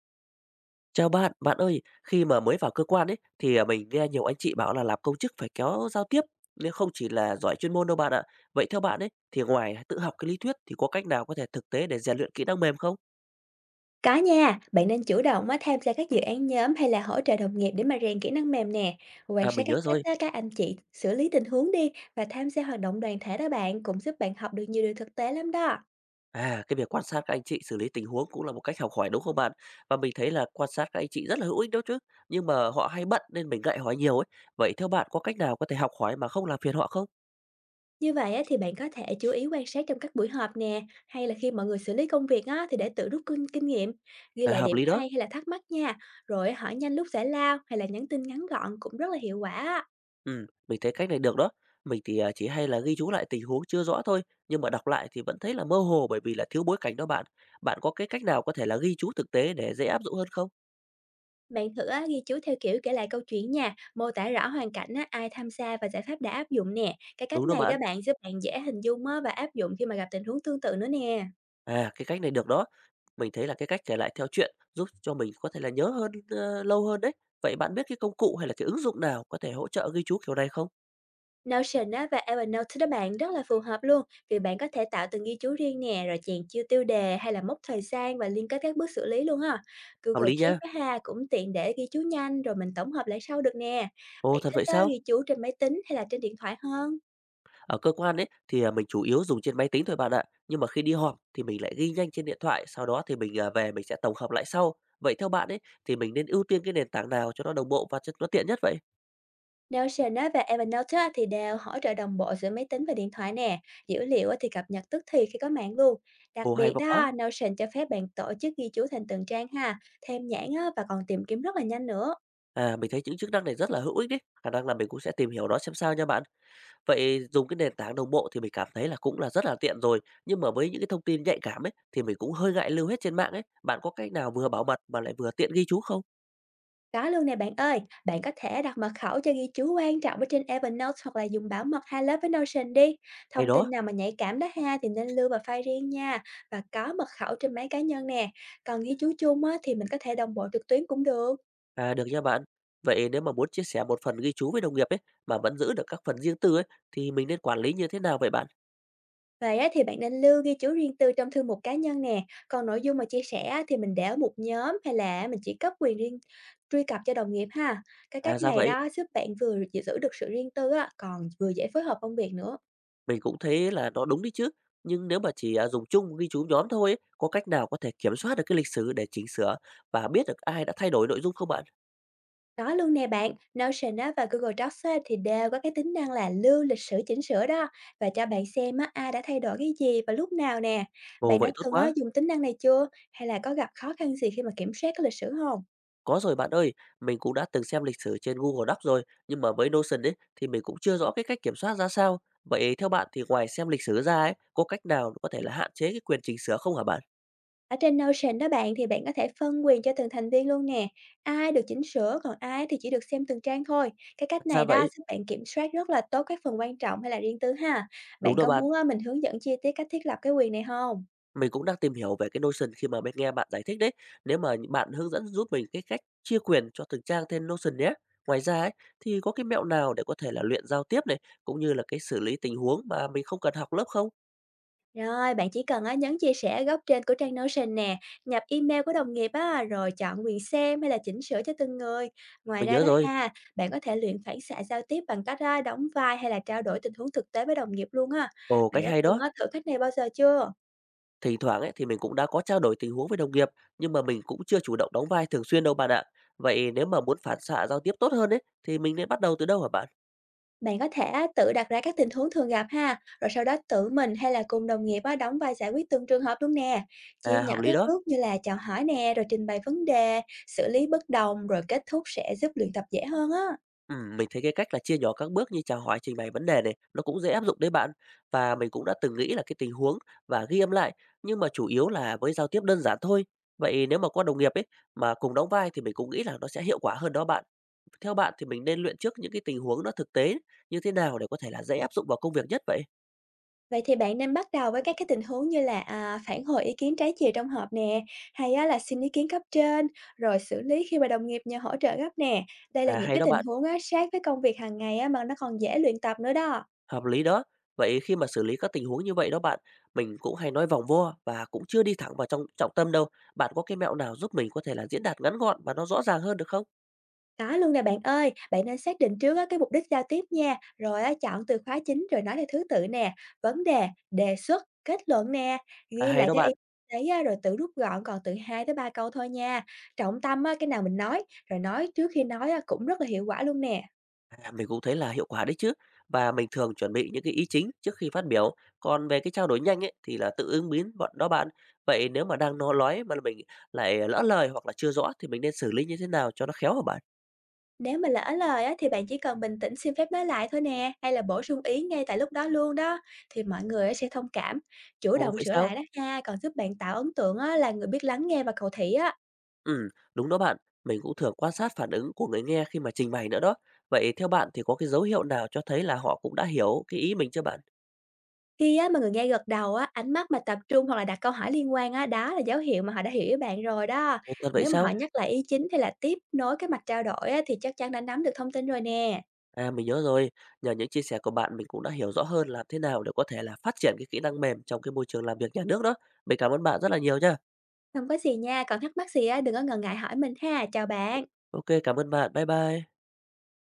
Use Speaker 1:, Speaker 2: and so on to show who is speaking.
Speaker 1: Chào bạn, bạn ơi, khi mà mới vào cơ quan ấy thì, mình nghe nhiều anh chị bảo là làm công chức phải kéo giao tiếp, nên không chỉ là giỏi chuyên môn đâu bạn ạ. Vậy theo bạn ấy thì ngoài tự học cái lý thuyết thì có cách nào có thể thực tế để rèn luyện kỹ năng mềm không?
Speaker 2: Có nha, bạn nên chủ động á, tham gia các dự án nhóm hay là hỗ trợ đồng nghiệp để mà rèn kỹ năng mềm nè. Quan
Speaker 1: À,
Speaker 2: sát
Speaker 1: mình
Speaker 2: các
Speaker 1: nhớ
Speaker 2: cách
Speaker 1: rồi.
Speaker 2: á, các anh chị xử lý tình huống đi, và tham gia hoạt động đoàn thể đó bạn, cũng giúp bạn học được nhiều điều thực tế lắm đó.
Speaker 1: À, cái việc quan sát các anh chị xử lý tình huống cũng là một cách học hỏi đúng không bạn? Và mình thấy là quan sát các anh chị rất là hữu ích đó chứ, nhưng mà họ hay bận nên mình ngại hỏi nhiều ấy. Vậy theo bạn có cách nào có thể học hỏi mà không làm phiền họ không?
Speaker 2: Như vậy á, thì bạn có thể chú ý quan sát trong các buổi họp nè, hay là khi mọi người xử lý công việc á, thì để tự rút kinh nghiệm, ghi
Speaker 1: À,
Speaker 2: lại
Speaker 1: hợp
Speaker 2: điểm
Speaker 1: lý đó.
Speaker 2: hay hay là thắc mắc nha, rồi hỏi nhanh lúc giải lao hay là nhắn tin ngắn gọn cũng rất là hiệu quả á.
Speaker 1: Mình thấy cách này được đó. Mình thì, chỉ hay là ghi chú lại tình huống chưa rõ thôi, nhưng mà đọc lại thì vẫn thấy là mơ hồ bởi vì là thiếu bối cảnh đó bạn. Bạn có cái cách nào có thể là ghi chú thực tế để dễ áp dụng hơn không?
Speaker 2: Bạn thử á, ghi chú theo kiểu kể lại câu chuyện nha, mô tả rõ hoàn cảnh á, ai tham gia và giải pháp đã áp dụng nè. Cái cách
Speaker 1: Đúng đó
Speaker 2: này đó
Speaker 1: bạn.
Speaker 2: bạn, giúp bạn dễ hình dung á, và áp dụng khi mà gặp tình huống tương tự nữa nè.
Speaker 1: À, cái cách này được đó. Mình thấy là cái cách kể lại theo truyện giúp cho mình có thể là nhớ hơn, lâu hơn đấy. Vậy bạn biết cái công cụ hay là cái ứng dụng nào có thể hỗ trợ ghi chú kiểu này không?
Speaker 2: Notion á, và Evernote đó bạn, rất là phù hợp luôn, vì bạn có thể tạo từng ghi chú riêng nè, rồi chèn chiêu tiêu đề hay là mốc thời gian và liên kết các bước xử lý luôn ha.
Speaker 1: Hợp
Speaker 2: Google
Speaker 1: lý
Speaker 2: Keep
Speaker 1: nha.
Speaker 2: á, ha, cũng tiện để ghi chú nhanh, rồi mình tổng hợp lại sau được nè.
Speaker 1: Ồ,
Speaker 2: Bạn
Speaker 1: thật
Speaker 2: thích
Speaker 1: vậy
Speaker 2: á,
Speaker 1: sao?
Speaker 2: ghi chú trên máy tính hay là trên điện thoại hơn?
Speaker 1: Ở cơ quan ấy thì, mình chủ yếu dùng trên máy tính thôi bạn ạ, nhưng mà khi đi họp thì mình lại ghi nhanh trên điện thoại, sau đó thì mình, về mình sẽ tổng hợp lại sau. Vậy theo bạn ấy thì mình nên ưu tiên cái nền tảng nào cho nó đồng bộ và cho nó tiện nhất vậy?
Speaker 2: Notion á, và Evernote á, thì đều hỗ trợ đồng bộ giữa máy tính và điện thoại nè, dữ liệu á, thì cập nhật tức thì khi có mạng luôn. Đặc
Speaker 1: Ồ, hay
Speaker 2: biệt
Speaker 1: v quá!
Speaker 2: đó, Notion cho phép bạn tổ chức ghi chú thành từng trang ha, thêm nhãn á, và còn tìm kiếm rất là nhanh nữa.
Speaker 1: À, mình thấy những chức năng này rất là hữu ích đấy, khả năng là mình cũng sẽ tìm hiểu nó xem sao nha bạn. Vậy dùng cái nền tảng đồng bộ thì mình cảm thấy là cũng là rất là tiện rồi, nhưng mà với những cái thông tin nhạy cảm ấy thì mình cũng hơi ngại lưu hết trên mạng ấy. Bạn có cách nào vừa bảo mật mà lại vừa tiện ghi chú không?
Speaker 2: Có luôn nè bạn ơi, bạn có thể đặt mật khẩu cho ghi chú quan trọng ở trên Evernote, hoặc là dùng bảo mật hai lớp với Notion đi.
Speaker 1: Hay
Speaker 2: Thông tin
Speaker 1: đó!
Speaker 2: nào mà nhạy cảm đó ha, thì nên lưu vào file riêng nha, và có mật khẩu trên máy cá nhân nè. Còn ghi chú chung á, thì mình có thể đồng bộ trực tuyến cũng được.
Speaker 1: À, được nha bạn. Vậy nếu mà muốn chia sẻ một phần ghi chú với đồng nghiệp ấy mà vẫn giữ được các phần riêng tư ấy thì mình nên quản lý như thế nào vậy bạn?
Speaker 2: Vậy á, thì bạn nên lưu ghi chú riêng tư trong thư mục cá nhân nè, còn nội dung mà chia sẻ á, thì mình để ở một nhóm, hay là mình chỉ cấp quyền riêng truy cập cho đồng nghiệp ha. Cái
Speaker 1: À
Speaker 2: cách
Speaker 1: ra
Speaker 2: này
Speaker 1: vậy,
Speaker 2: đó, giúp bạn vừa giữ được sự riêng tư á, còn vừa dễ phối hợp công việc nữa.
Speaker 1: mình cũng thấy là nó đúng đấy chứ. Nhưng nếu mà chỉ dùng chung ghi chú nhóm thôi ấy, có cách nào có thể kiểm soát được cái lịch sử để chỉnh sửa và biết được ai đã thay đổi nội dung không bạn?
Speaker 2: Đó luôn nè bạn, Notion á, và Google Docs á, thì đều có cái tính năng là lưu lịch sử chỉnh sửa đó, và cho bạn xem á, ai đã thay đổi cái gì và lúc nào nè.
Speaker 1: Ồ
Speaker 2: Bạn đã
Speaker 1: vậy tốt
Speaker 2: từng á,
Speaker 1: quá.
Speaker 2: dùng tính năng này chưa? Hay là có gặp khó khăn gì khi mà kiểm soát cái lịch sử không?
Speaker 1: Có rồi bạn ơi, mình cũng đã từng xem lịch sử trên Google Docs rồi, nhưng mà với Notion ấy thì mình cũng chưa rõ cái cách kiểm soát ra sao. Vậy theo bạn thì ngoài xem lịch sử ra ấy, có cách nào có thể là hạn chế cái quyền chỉnh sửa không hả bạn?
Speaker 2: Ở trên Notion đó bạn, thì bạn có thể phân quyền cho từng thành viên luôn nè. Ai được chỉnh sửa, còn ai thì chỉ được xem từng trang thôi. Cái cách
Speaker 1: Ra
Speaker 2: này đó,
Speaker 1: vậy.
Speaker 2: giúp bạn kiểm soát rất là tốt các phần quan trọng hay là riêng tư ha.
Speaker 1: Đúng
Speaker 2: Bạn
Speaker 1: đó
Speaker 2: có
Speaker 1: bạn,
Speaker 2: muốn á, mình hướng dẫn chi tiết cách thiết lập cái quyền này không?
Speaker 1: mình cũng đang tìm hiểu về cái Notion khi mà mình nghe bạn giải thích đấy. Nếu mà những bạn hướng dẫn giúp mình cái cách chia quyền cho từng trang trên Notion nhé. Ngoài ra ấy, thì có cái mẹo nào để có thể là luyện giao tiếp này, cũng như là cái xử lý tình huống mà mình không cần học lớp không?
Speaker 2: Rồi, bạn chỉ cần á, nhấn chia sẻ ở góc trên của trang Notion nè, nhập email của đồng nghiệp á, rồi chọn quyền xem hay là chỉnh sửa cho từng người. Ngoài
Speaker 1: Mình
Speaker 2: ra
Speaker 1: nhớ
Speaker 2: đó
Speaker 1: rồi.
Speaker 2: ha, bạn có thể luyện phản xạ giao tiếp bằng cách á, đóng vai hay là trao đổi tình huống thực tế với đồng nghiệp luôn ha.
Speaker 1: Ồ,
Speaker 2: Bạn
Speaker 1: cách
Speaker 2: đã
Speaker 1: hay
Speaker 2: từng
Speaker 1: đó.
Speaker 2: á, thử cách này bao giờ chưa?
Speaker 1: Thỉnh thoảng ấy thì mình cũng đã có trao đổi tình huống với đồng nghiệp, nhưng mà mình cũng chưa chủ động đóng vai thường xuyên đâu bạn ạ. Vậy nếu mà muốn phản xạ giao tiếp tốt hơn ấy, thì mình nên bắt đầu từ đâu hả bạn?
Speaker 2: Bạn có thể á, tự đặt ra các tình huống thường gặp ha, rồi sau đó tự mình hay là cùng đồng nghiệp á, đóng vai giải quyết từng trường hợp luôn nè. Chia
Speaker 1: À, hợp
Speaker 2: nhỏ
Speaker 1: lý
Speaker 2: các
Speaker 1: đó.
Speaker 2: bước như là chào hỏi nè, rồi trình bày vấn đề, xử lý bất đồng, rồi kết thúc, sẽ giúp luyện tập dễ hơn á.
Speaker 1: Mình thấy cái cách là chia nhỏ các bước như chào hỏi, trình bày vấn đề này, nó cũng dễ áp dụng đấy bạn. Và mình cũng đã từng nghĩ là cái tình huống và ghi âm lại, nhưng mà chủ yếu là với giao tiếp đơn giản thôi. Vậy nếu mà có đồng nghiệp ấy mà cùng đóng vai thì mình cũng nghĩ là nó sẽ hiệu quả hơn đó bạn. Theo bạn thì mình nên luyện trước những cái tình huống nó thực tế như thế nào để có thể là dễ áp dụng vào công việc nhất vậy?
Speaker 2: Vậy thì bạn nên bắt đầu với các cái tình huống như là à, phản hồi ý kiến trái chiều trong họp nè, hay á, là xin ý kiến cấp trên, rồi xử lý khi mà đồng nghiệp nhờ hỗ trợ gấp nè. Đây là
Speaker 1: À
Speaker 2: những
Speaker 1: hay
Speaker 2: cái
Speaker 1: đó
Speaker 2: tình
Speaker 1: bạn,
Speaker 2: huống á, sát với công việc hàng ngày á, mà nó còn dễ luyện tập nữa đó.
Speaker 1: hợp lý đó. Vậy khi mà xử lý các tình huống như vậy đó bạn, mình cũng hay nói vòng vo và cũng chưa đi thẳng vào trong trọng tâm đâu. Bạn có cái mẹo nào giúp mình có thể là diễn đạt ngắn gọn và nó rõ ràng hơn được không?
Speaker 2: Có luôn nè bạn ơi, bạn nên xác định trước á, cái mục đích giao tiếp nha, rồi á, chọn từ khóa chính, rồi nói theo thứ tự nè, vấn đề, đề xuất, kết luận nè,
Speaker 1: À,
Speaker 2: ghi
Speaker 1: hay
Speaker 2: lại
Speaker 1: đó
Speaker 2: cái ý
Speaker 1: bạn.
Speaker 2: đấy á, rồi tự rút gọn còn từ 2 tới 3 câu thôi nha. Trọng tâm á, cái nào mình nói, rồi nói trước khi nói á, cũng rất là hiệu quả luôn nè.
Speaker 1: À, mình cũng thấy là hiệu quả đấy chứ. Và mình thường chuẩn bị những cái ý chính trước khi phát biểu. Còn về cái trao đổi nhanh ấy thì là tự ứng biến bọn đó bạn. Vậy nếu mà đang nói mà mình lại lỡ lời hoặc là chưa rõ thì mình nên xử lý như thế nào cho nó khéo hả bạn?
Speaker 2: Nếu mà lỡ lời á, thì bạn chỉ cần bình tĩnh xin phép nói lại thôi nè, hay là bổ sung ý ngay tại lúc đó luôn đó, thì mọi người á, sẽ thông cảm, chủ
Speaker 1: Ồ
Speaker 2: động
Speaker 1: vậy
Speaker 2: sửa
Speaker 1: sao?
Speaker 2: lại đó ha, còn giúp bạn tạo ấn tượng á, là người biết lắng nghe và cầu thị á.
Speaker 1: Ừ, đúng đó bạn. Mình cũng thường quan sát phản ứng của người nghe khi mà trình bày nữa đó. Vậy theo bạn thì có cái dấu hiệu nào cho thấy là họ cũng đã hiểu cái ý mình chưa bạn?
Speaker 2: Khi á mà người nghe gật đầu á, ánh mắt mà tập trung, hoặc là đặt câu hỏi liên quan á, đó là dấu hiệu mà họ đã hiểu ý bạn rồi đó.
Speaker 1: Ồ, thật vậy
Speaker 2: Nếu mà họ
Speaker 1: sao?
Speaker 2: nhắc lại ý chính hay là tiếp nối cái mạch trao đổi á, thì chắc chắn đã nắm được thông tin rồi nè.
Speaker 1: À, mình nhớ rồi. Nhờ những chia sẻ của bạn mình cũng đã hiểu rõ hơn làm thế nào để có thể là phát triển cái kỹ năng mềm trong cái môi trường làm việc nhà nước đó. Mình cảm ơn bạn rất là nhiều nha.
Speaker 2: Không có gì nha, còn thắc mắc gì á, đừng có ngần ngại hỏi mình ha. Chào bạn.
Speaker 1: OK, cảm ơn bạn. Bye bye.